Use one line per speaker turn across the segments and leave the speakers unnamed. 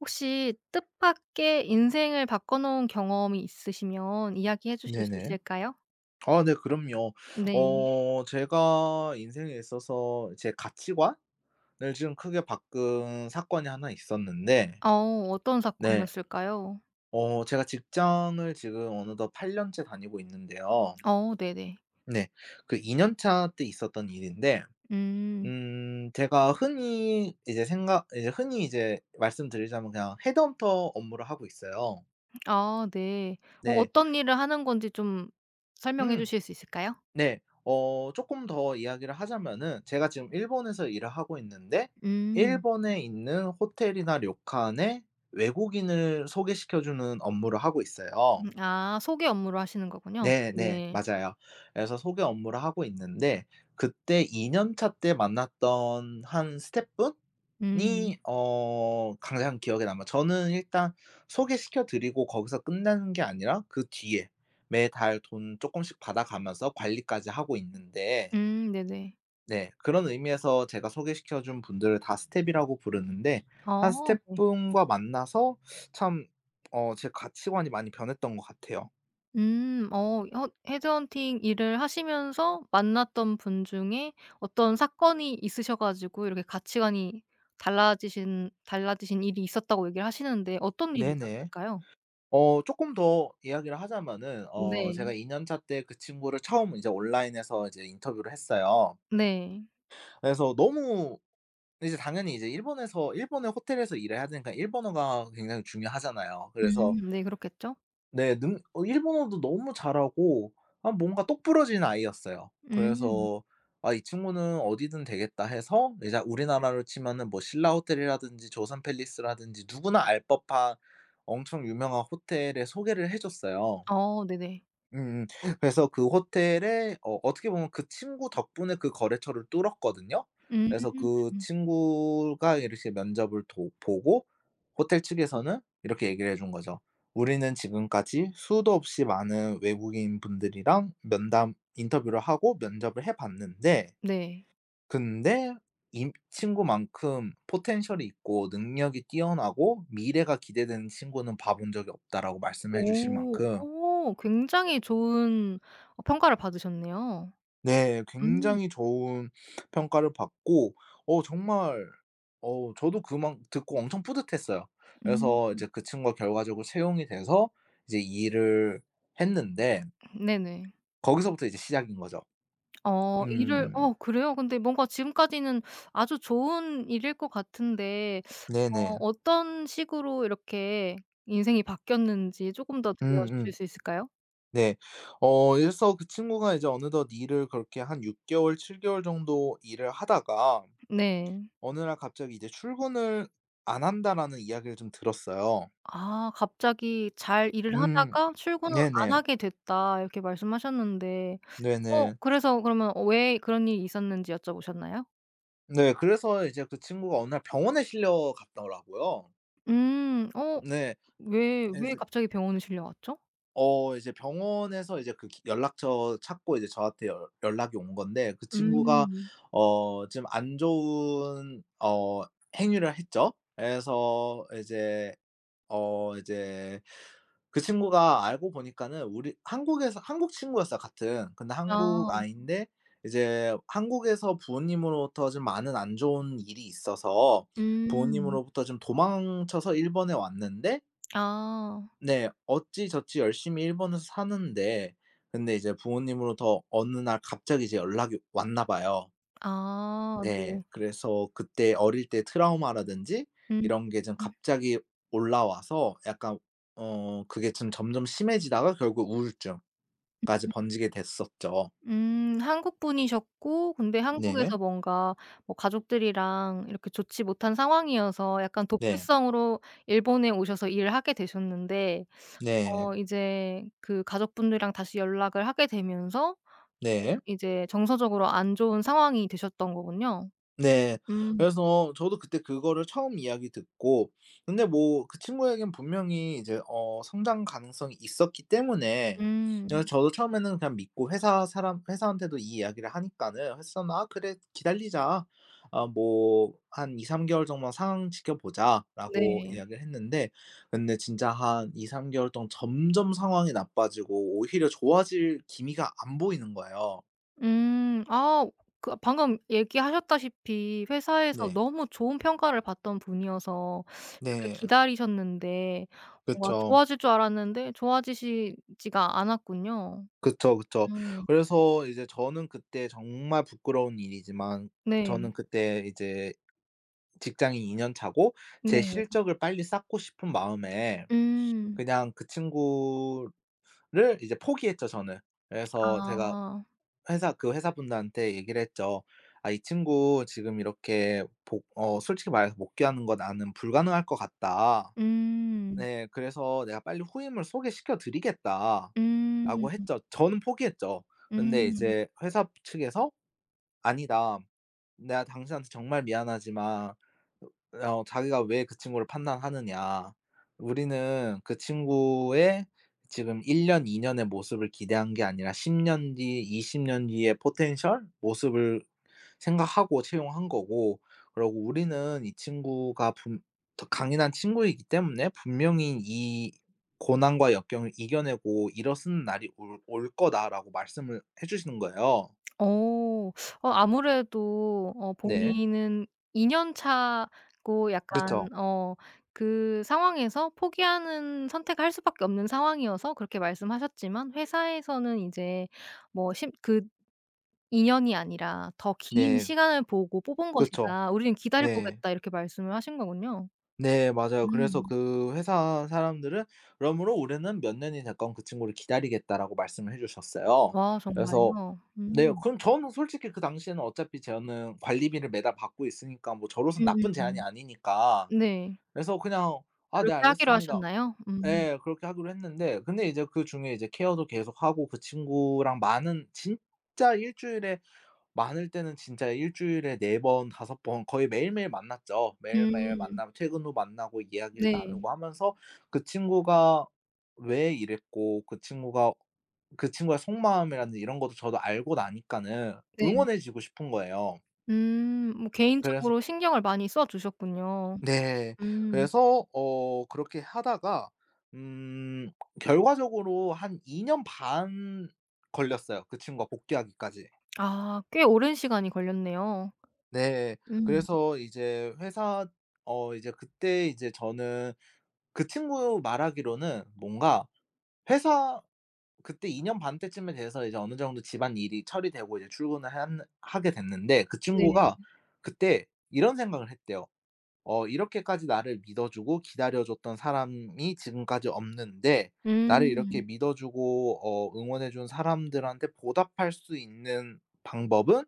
혹시 뜻밖의 인생을 바꿔 놓은 경험이 있으시면 이야기해 주실 수
네네.
있을까요?
아 네 그럼요.
네.
제가 인생에 있어서 제 가치관을 지금 크게 바꾼 사건이 하나 있었는데,
어 어떤
네,
사건이었을까요?
제가 직장을 지금 어느덧 8 년째 다니고 있는데요.
어 네네.
네. 그 2년차 때 있었던 일인데,
음.
제가 흔히 이제 생각 이제 흔히 이제 말씀드리자면 그냥 헤드헌터 업무를 하고 있어요.
아 네. 어
네.
어떤 일을 하는 건지 좀 설명해
음.
주실 수 있을까요?
네. 쪼끔 더 이야기를 하자면은, 제가 지금 일본에서 일을 하고 있는데,
음.
일본에 있는 호텔이나 료칸에 외국인을 소개시켜 주는 업무를 하고 있어요.
아 소개 업무를 하시는 거군요.
네네.
네.
맞아요. 그래서 소개 업무를 하고 있는데, 그때 2 년차 때 만났던 한 스태프분이
음.
가장 기억에 남아요. 저는 일단 소개시켜 드리고 거기서 끝나는 게 아니라, 그 뒤에 매달 돈 쪼끔씩 받아가면서 관리까지 하고 있는데.
네네.
네. 그런 의미에서 제가 소개시켜 준 분들을 다 스텝이라고 부르는데, 한
어 네.
스텝분과 만나서 참, 제 가치관이 많이 변했던 것 같아요.
음. 헤드헌팅 일을 하시면서 만났던 분 중에 어떤 사건이 있으셔 가지고 이렇게 가치관이 달라지신 일이 있었다고 얘기를 하시는데 어떤 일이
네네.
있었을까요?
쪼끔 더 이야기를 하자면은,
네.
제가 2 년차 때 그 친구를 처음 이제 온라인에서 이제 인터뷰를 했어요.
네.
그래서 너무 이제 당연히 이제 일본에서 일본의 호텔에서 일을 해야 되니까 일본어가 굉장히 중요하잖아요. 그래서
네 그렇겠죠.
네. 능 어 일본어도 너무 잘하고 아 뭔가 똑부러진 아이였어요.
음.
그래서 '아 이 친구는 어디든 되겠다.' 해서, 이제 우리나라로 치면은 뭐 신라 호텔이라든지 조선 팰리스라든지 누구나 알 법한 엄청 유명한 호텔에 소개를 해 줬어요.
어 네네.
그래서 그 호텔에 어떻게 보면 그 친구 덕분에 그 거래처를 뚫었거든요.
음.
그래서 그 친구가 이렇게 면접을 도 보고 호텔 측에서는 이렇게 얘기를 해준 거죠. "우리는 지금까지 수도 없이 많은 외국인 분들이랑 면담 인터뷰를 하고 면접을 해 봤는데,
네.
근데 이 친구만큼 포텐셜이 있고 능력이 뛰어나고 미래가 기대되는 친구는 봐본 적이 없다."라고 말씀해 주실
오.
만큼.
오 굉장히 좋은 어 평가를 받으셨네요.
네.
음.
굉장히 좋은 평가를 받고 정말 저도 그 막 듣고 엄청 뿌듯했어요.
음.
그래서 이제 그 친구가 결과적으로 채용이 돼서 이제 이 일을 했는데,
네네.
거기서부터 이제 시작인 거죠.
어 일을
음.
어 그래요? 근데 뭔가 지금까지는 아주 좋은 일일 것 같은데 어
네네.
어떤 식으로 이렇게 인생이 바뀌었는지 조금 더 들려주실
음음.
수 있을까요?
네. 이래서 그 친구가 이제 어느덧 일을 그렇게 한 6 개월 7 개월 정도 일을 하다가
네.
어느 날 갑자기 이제 "출근을 안 한다."라는 이야기를 좀 들었어요.
아 갑자기 "잘 일을
음.
하다가 출근을 안
네네.
하게 됐다." 이렇게 말씀하셨는데 어
네네.
그래서 그러면 왜 그런 일이 있었는지 여쭤보셨나요?
네. 그래서 이제 그 친구가 어느 날 병원에 실려 갔더라고요.
음. 어
네.
왜
그래서
갑자기 병원에 실려갔죠?
이제 병원에서 이제 그 기 연락처 찾고 이제 저한테 연 연락이 온 건데 그 친구가
음.
좀 안 좋은 행위를 했죠. 그래서 이제 어 이제 그 친구가 알고 보니까는 우리 한국에서 한국 친구였어요, 같은. 근데 한국
아.
아이인데 이제 한국에서 부모님으로부터 좀 많은 안 좋은 일이 있어서
음.
부모님으로부터 좀 도망쳐서 일본에 왔는데.
아.
네. 어찌저찌 열심히 일본에서 사는데, 근데 이제 부모님으로부터 어느 날 갑자기 이제 연락이 왔나 봐요.
아
네.
네.
그래서 그때 어릴 때 트라우마라든지
음.
이런 게 좀 갑자기 올라와서 약간 그게 좀 점점 심해지다가 결국 우울증까지 번지게 됐었죠.
한국 분이셨고 근데
네.
한국에서 뭔가 뭐 가족들이랑 이렇게 좋지 못한 상황이어서 약간
네.
도피성으로 일본에 오셔서 일을 하게 되셨는데
네.
어 이제 그 가족분들이랑 다시 연락을 하게 되면서
네.
이제 정서적으로 안 좋은 상황이 되셨던 거군요.
네.
음.
그래서 저도 그때 그거를 처음 이야기 듣고, 근데 뭐 그 친구에겐 분명히 이제 성장 가능성이 있었기 때문에, 그래서
음.
저도 처음에는 그냥 믿고 회사한테도 이 이야기를 하니까는, 회사는 "아 그래, 기다리자. 아 뭐 한 2-3 개월 정도만 상황 지켜보자."라고
네.
이야기를 했는데, 근데 진짜 한 2-3 개월 동안 점점 상황이 나빠지고 오히려 좋아질 기미가 안 보이는 거예요.
음. 아 그 방금 얘기하셨다시피 회사에서
네.
너무 좋은 평가를 받던 분이어서 이렇게
네.
기다리셨는데 뭔가
그쵸.
좋아질 줄 알았는데 좋아지시지가 않았군요.
그쵸, 그쵸.
음.
그래서 이제 저는 그때 정말 부끄러운 일이지만
네.
저는 그때 이제 직장이2년 차고 제
네.
실적을 빨리 쌓고 싶은 마음에
음.
그냥 그 친구를 이제 포기했죠, 저는. 그래서 제가
아.
회사 그 회사분들한테 얘기를 했죠. "아 이 친구 지금 이렇게 복 어 솔직히 말해서 복귀하는 거 나는 불가능할 것 같다."
음.
네. 그래서 "내가 빨리 후임을 소개시켜 드리겠다."라고
음.
했죠. 저는 포기했죠. 근데
음.
이제 회사 측에서 "아니다. 내가 당신한테 정말 미안하지만, 자기가 왜 그 친구를 판단하느냐. 우리는 그 친구의 지금 1 년, 2 년의 모습을 기대한 게 아니라 10년 뒤, 20년 뒤의 포텐셜 모습을 생각하고 채용한 거고, 그리고 우리는 이 친구가 분 더 강인한 친구이기 때문에 분명히 이 고난과 역경을 이겨내고 일어서는 날이 올 거다라고 말씀을 해 주시는 거예요.
어. 어 아무래도 어
네.
본인은 2 년 차고 약간
그쵸.
어 그 상황에서 포기하는 선택할 수밖에 없는 상황이어서 그렇게 말씀하셨지만 회사에서는 이제 뭐 십그2 년이 아니라 "더 긴
네.
시간을 보고 뽑은
그쵸.
것이다. 우리는 기다려
네.
보겠다." 이렇게 말씀을 하신 거군요.
네 맞아요. 그래서
음.
그 회사 사람들은 "그러므로 우리는 몇 년이 됐건 그 친구를 기다리겠다."라고 말씀을 해 주셨어요.
아
그래서
정말요?
네.
음.
그럼 저는 솔직히 그 당시에는 어차피 저는 관리비를 매달 받고 있으니까 뭐 저로서는 나쁜 제안이
음음.
아니니까,
네.
그래서 그냥 "아 네
그렇게 하기로
알겠습니다."
하셨나요? 음.
예. 그렇게 하기로 했는데, 근데 이제 그중에 이제 케어도 계속하고 그 친구랑 많은 진짜 일 주일에 많을 때는 진짜 일 주일에 4번 5번 거의 매일매일 만났죠. 매일매일
음.
만나고 퇴근 후 만나고 이야기를
네.
나누고 하면서 그 친구가 왜 이랬고 그 친구가 그 친구의 속마음이라든지 이런 것도 저도 알고 나니까는
네.
응원해 주고 싶은 거예요.
음. 뭐
그래서
개인적으로 신경을 많이 써 주셨군요.
네.
음.
그래서 그렇게 하다가 음 결과적으로 한 2년 반 걸렸어요, 그 친구가 복귀하기까지.
아 꽤 오랜 시간이 걸렸네요.
네.
음.
그래서 이제 회사 어 이제 그때 이제 저는 그 친구 말하기로는 뭔가 회사 그때 2년 반 때쯤에 돼서 이제 어느 정도 집안일이 처리되고 이제 출근을 한 하게 됐는데 그
네.
친구가 그때 이런 생각을 했대요. 이렇게까지 나를 믿어 주고 기다려 줬던 사람이 지금까지 없는데 나를 이렇게
음.
믿어 주고 응원해 준 사람들한테 보답할 수 있는 방법은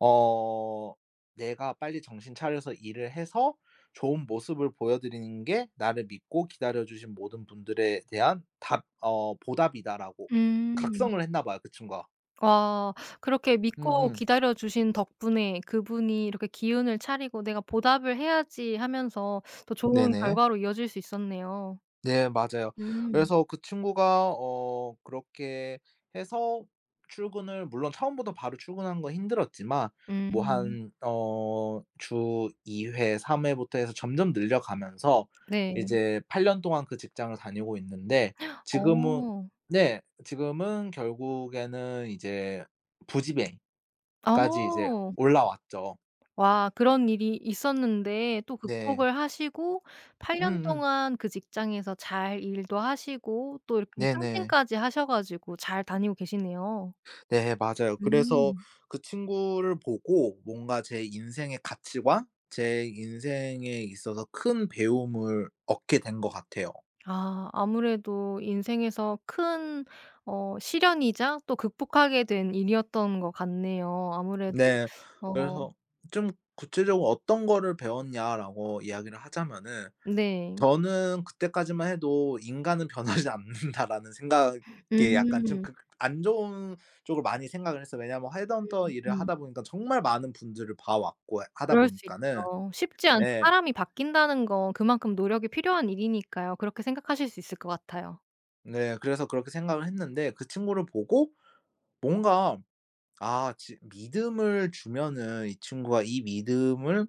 어 내가 빨리 정신 차려서 일을 해서 좋은 모습을 보여드리는 게 나를 믿고 기다려 주신 모든 분들에 대한 답 어 보답이다'라고
음.
각성을 했나 봐요, 그 친구가.
와. 그렇게 믿고
음음.
기다려 주신 덕분에 그분이 이렇게 기운을 차리고 '내가 보답을 해야지.' 하면서 더 좋은
네네.
결과로 이어질 수 있었네요.
네 맞아요.
음.
그래서 그 친구가 그렇게 해서 출근을 물론 처음부터 바로 출근하는 건 힘들었지만 뭐
음.
한 주 2회 3 회부터 해서 점점 늘려가면서
네.
이제 8년 동안 그 직장을 다니고 있는데 지금은.
어.
네. 지금은 결국에는 이제 부지배까지 이제
어.
올라왔죠.
와 그런 일이 있었는데 또
네.
극복을 하시고 8년
음음.
동안 그 직장에서 잘 일도 하시고 또 이렇게
네네.
승진까지 하셔 가지고 잘 다니고 계시네요.
네 맞아요. 그래서
음.
그 친구를 보고 뭔가 제 인생의 가치관, 제 인생에 있어서 큰 배움을 얻게 된 것 같아요.
아 아무래도 인생에서 큰 어 시련이자 또 극복하게 된 일이었던 것 같네요. 아무래도
네.
어
그래서 좀 구체적으로 "어떤 거를 배웠냐?"라고 이야기를 하자면은,
네.
저는 그때까지만 해도 '인간은 변하지 않는다.'라는 생각에 약간 좀
음.
그 안 좋은 쪽을 많이 생각을 했어요. 왜냐하면 헤드헌터 일을
음.
하다 보니까 정말 많은 분들을 봐 왔고 하다
그럴 수
보니까는.
있죠. 쉽지 않죠.
예.
사람이 바뀐다는 건 그만큼 노력이 필요한 일이니까요. 그렇게 생각하실 수 있을 것 같아요.
네. 그래서 그렇게 생각을 했는데 그 친구를 보고 뭔가 아 지 믿음을 주면은 '이 친구가 이 믿음을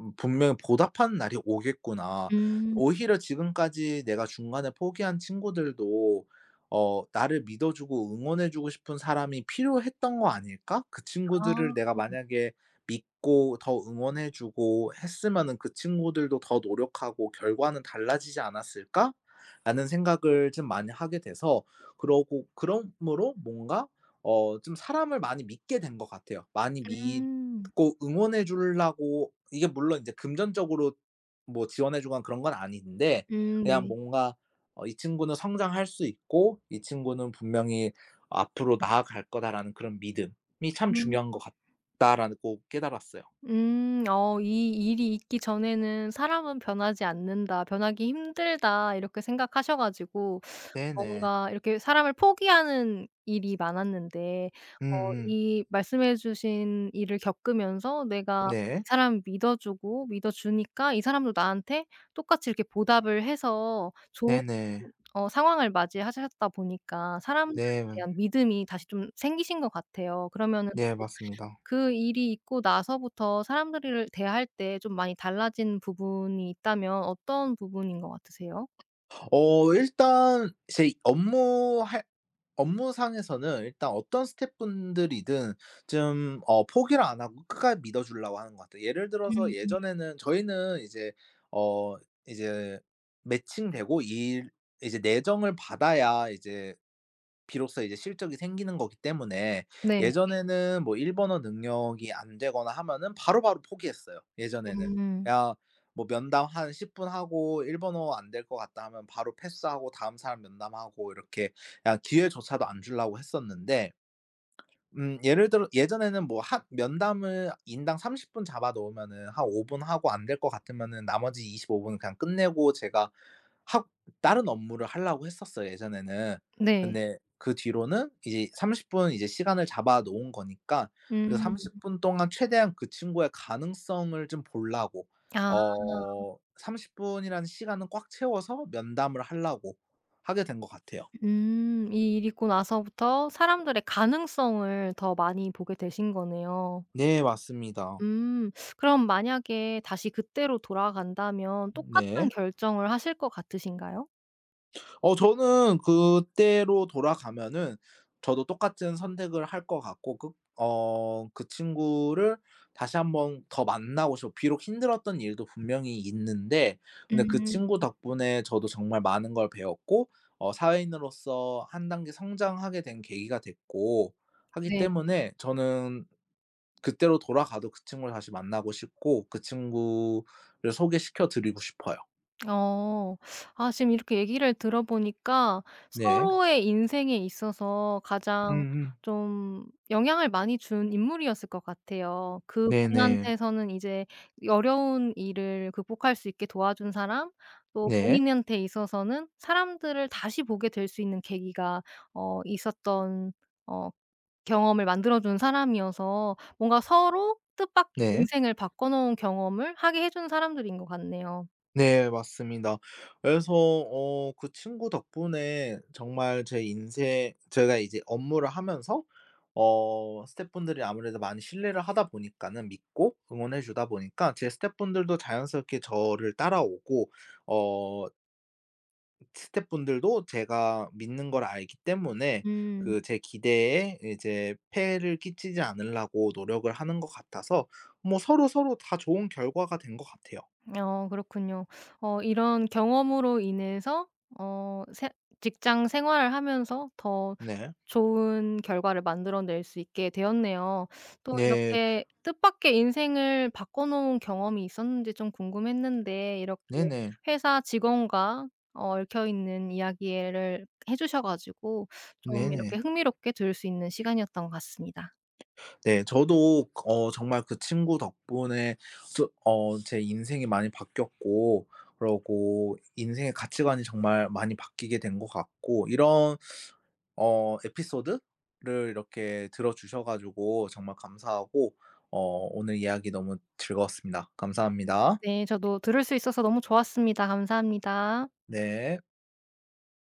분명히 보답하는 날이 오겠구나.'
음.
오히려 지금까지 내가 중간에 포기한 친구들도 '나를 믿어 주고 응원해 주고 싶은 사람이 필요했던 거 아닐까? 그 친구들을
아.
내가 만약에 믿고 더 응원해 주고 했으면은 그 친구들도 더 노력하고 결과는 달라지지 않았을까?'라는 생각을 좀 많이 하게 돼서 그러고 그러므로 뭔가 좀 사람을 많이 믿게 된 것 같아요. 많이
음.
믿고 응원해 주려고. 이게 물론 이제 금전적으로 뭐 지원해 주거나 그런 건 아닌데 그냥
네.
뭔가 '이 친구는 성장할 수 있고 이 친구는 분명히 앞으로 나아갈 거다.'라는 그런 믿음이 참
음.
중요한 것 같다라고 깨달았어요.
어 이 일이 있기 전에는 '사람은 변하지 않는다. 변하기 힘들다.' 이렇게 생각하셔 가지고
네네.
뭔가 이렇게 사람을 포기하는 일이 많았는데 어
음음.
이 말씀해 주신 일을 겪으면서 내가
네.
이 사람을 믿어 주고 믿어 주니까 이 사람도 나한테 똑같이 이렇게 보답을 해서 좋은
네네.
어 상황을 맞이하셨다 보니까 사람들에
네.
대한 믿음이 다시 좀 생기신 것 같아요. 그러면은
네 맞습니다.
그 일이 있고 나서부터 사람들을 대할 때 좀 많이 달라진 부분이 있다면 어떤 부분인 것 같으세요?
일단 제 업무 할 업무상에서는 일단 어떤 스태프분들이든 좀 포기를 안 하고 끝까지 믿어 주려고 하는 것 같아요. 예를 들어서
음.
예전에는 저희는 이제 어 이제 매칭되고 일 이제 내정을 받아야 이제 비로소 이제 실적이 생기는 거기 때문에
네.
예전에는 뭐 일본어 능력이 안 되거나 하면은 바로바로 포기했어요, 예전에는.
음.
야 뭐 면담 한 10분 하고 일본어 안 될 것 같다 하면 바로 패스하고 다음 사람 면담하고 이렇게 그냥 기회조차도 안 주려고 했었는데. 예를 들어 예전에는 뭐 한 면담을 인당 30분 잡아 놓으면은 한 5분 하고 안 될 것 같으면은 나머지 25 분은 그냥 끝내고 제가 학 다른 업무를 하려고 했었어요, 예전에는.
네.
근데 그 뒤로는 이제 30분 이제 시간을 잡아 놓은 거니까 그
음.
30분 동안 최대한 그 친구의 가능성을 좀 보려고
아.
30 분이라는 시간은 꽉 채워서 면담을 하려고 하게 된 것 같아요.
음. 이 일이 있고 나서부터 사람들의 가능성을 더 많이 보게 되신 거네요.
네 맞습니다.
음. 그럼 만약에 다시 그때로 돌아간다면
네.
똑같은 결정을 하실 것 같으신가요?
저는 그때로 돌아가면은 저도 똑같은 선택을 할 것 같고 그 그 친구를 다시 한번 더 만나고 싶어. 비록 힘들었던 일도 분명히 있는데 근데 그
음.
친구 덕분에 저도 정말 많은 걸 배웠고 사회인으로서 한 단계 성장하게 된 계기가 됐고 하기
네.
때문에 저는 그때로 돌아가도 그 친구를 다시 만나고 싶고 그 친구를 소개시켜 드리고 싶어요.
어. 아 지금 이렇게 얘기를 들어보니까
네.
서로의 인생에 있어서 가장
음음.
좀 영향을 많이 준 인물이었을 것 같아요.
네네.
그분한테서는 이제 어려운 일을 극복할 수 있게 도와준 사람, 또
네.
본인한테 있어서는 사람들을 다시 보게 될 수 있는 계기가 어 있었던 어 경험을 만들어 준 사람이어서 뭔가 서로 뜻밖의
네.
인생을 바꿔 놓은 경험을 하게 해준 사람들인 것 같네요.
네 맞습니다. 그래서 그 친구 덕분에 정말 제 인생 제가 이제 업무를 하면서 스태프분들이 아무래도 많이 신뢰를 하다 보니까는 믿고 응원해 주다 보니까 제 스태프분들도 자연스럽게 저를 따라오고 어 스태프분들도 제가 믿는 걸 알기 때문에
음.
그 제 기대에 이제 폐를 끼치지 않으려고 노력을 하는 것 같아서 뭐 서로서로 다 좋은 결과가 된 것 같아요.
어 그렇군요. 어 이런 경험으로 인해서 어 세- 직장 생활을 하면서 더
네.
좋은 결과를 만들어낼 수 있게 되었네요. 또
네.
이렇게 뜻밖의 인생을 바꿔 놓은 경험이 있었는지 좀 궁금했는데 이렇게
네네.
회사 직원과 어 얽혀 있는 이야기를 해 주셔 가지고 좀 이렇게
네네.
흥미롭게 들을 수 있는 시간이었던 것 같습니다.
네 저도 정말 그 친구 덕분에 제 인생이 많이 바뀌었고 그러고 인생의 가치관이 정말 많이 바뀌게 된 것 같고, 이런 에피소드를 이렇게 들어 주셔 가지고 정말 감사하고 어 오늘 이야기 너무 즐거웠습니다. 감사합니다.
네 저도 들을 수 있어서 너무 좋았습니다. 감사합니다.
네.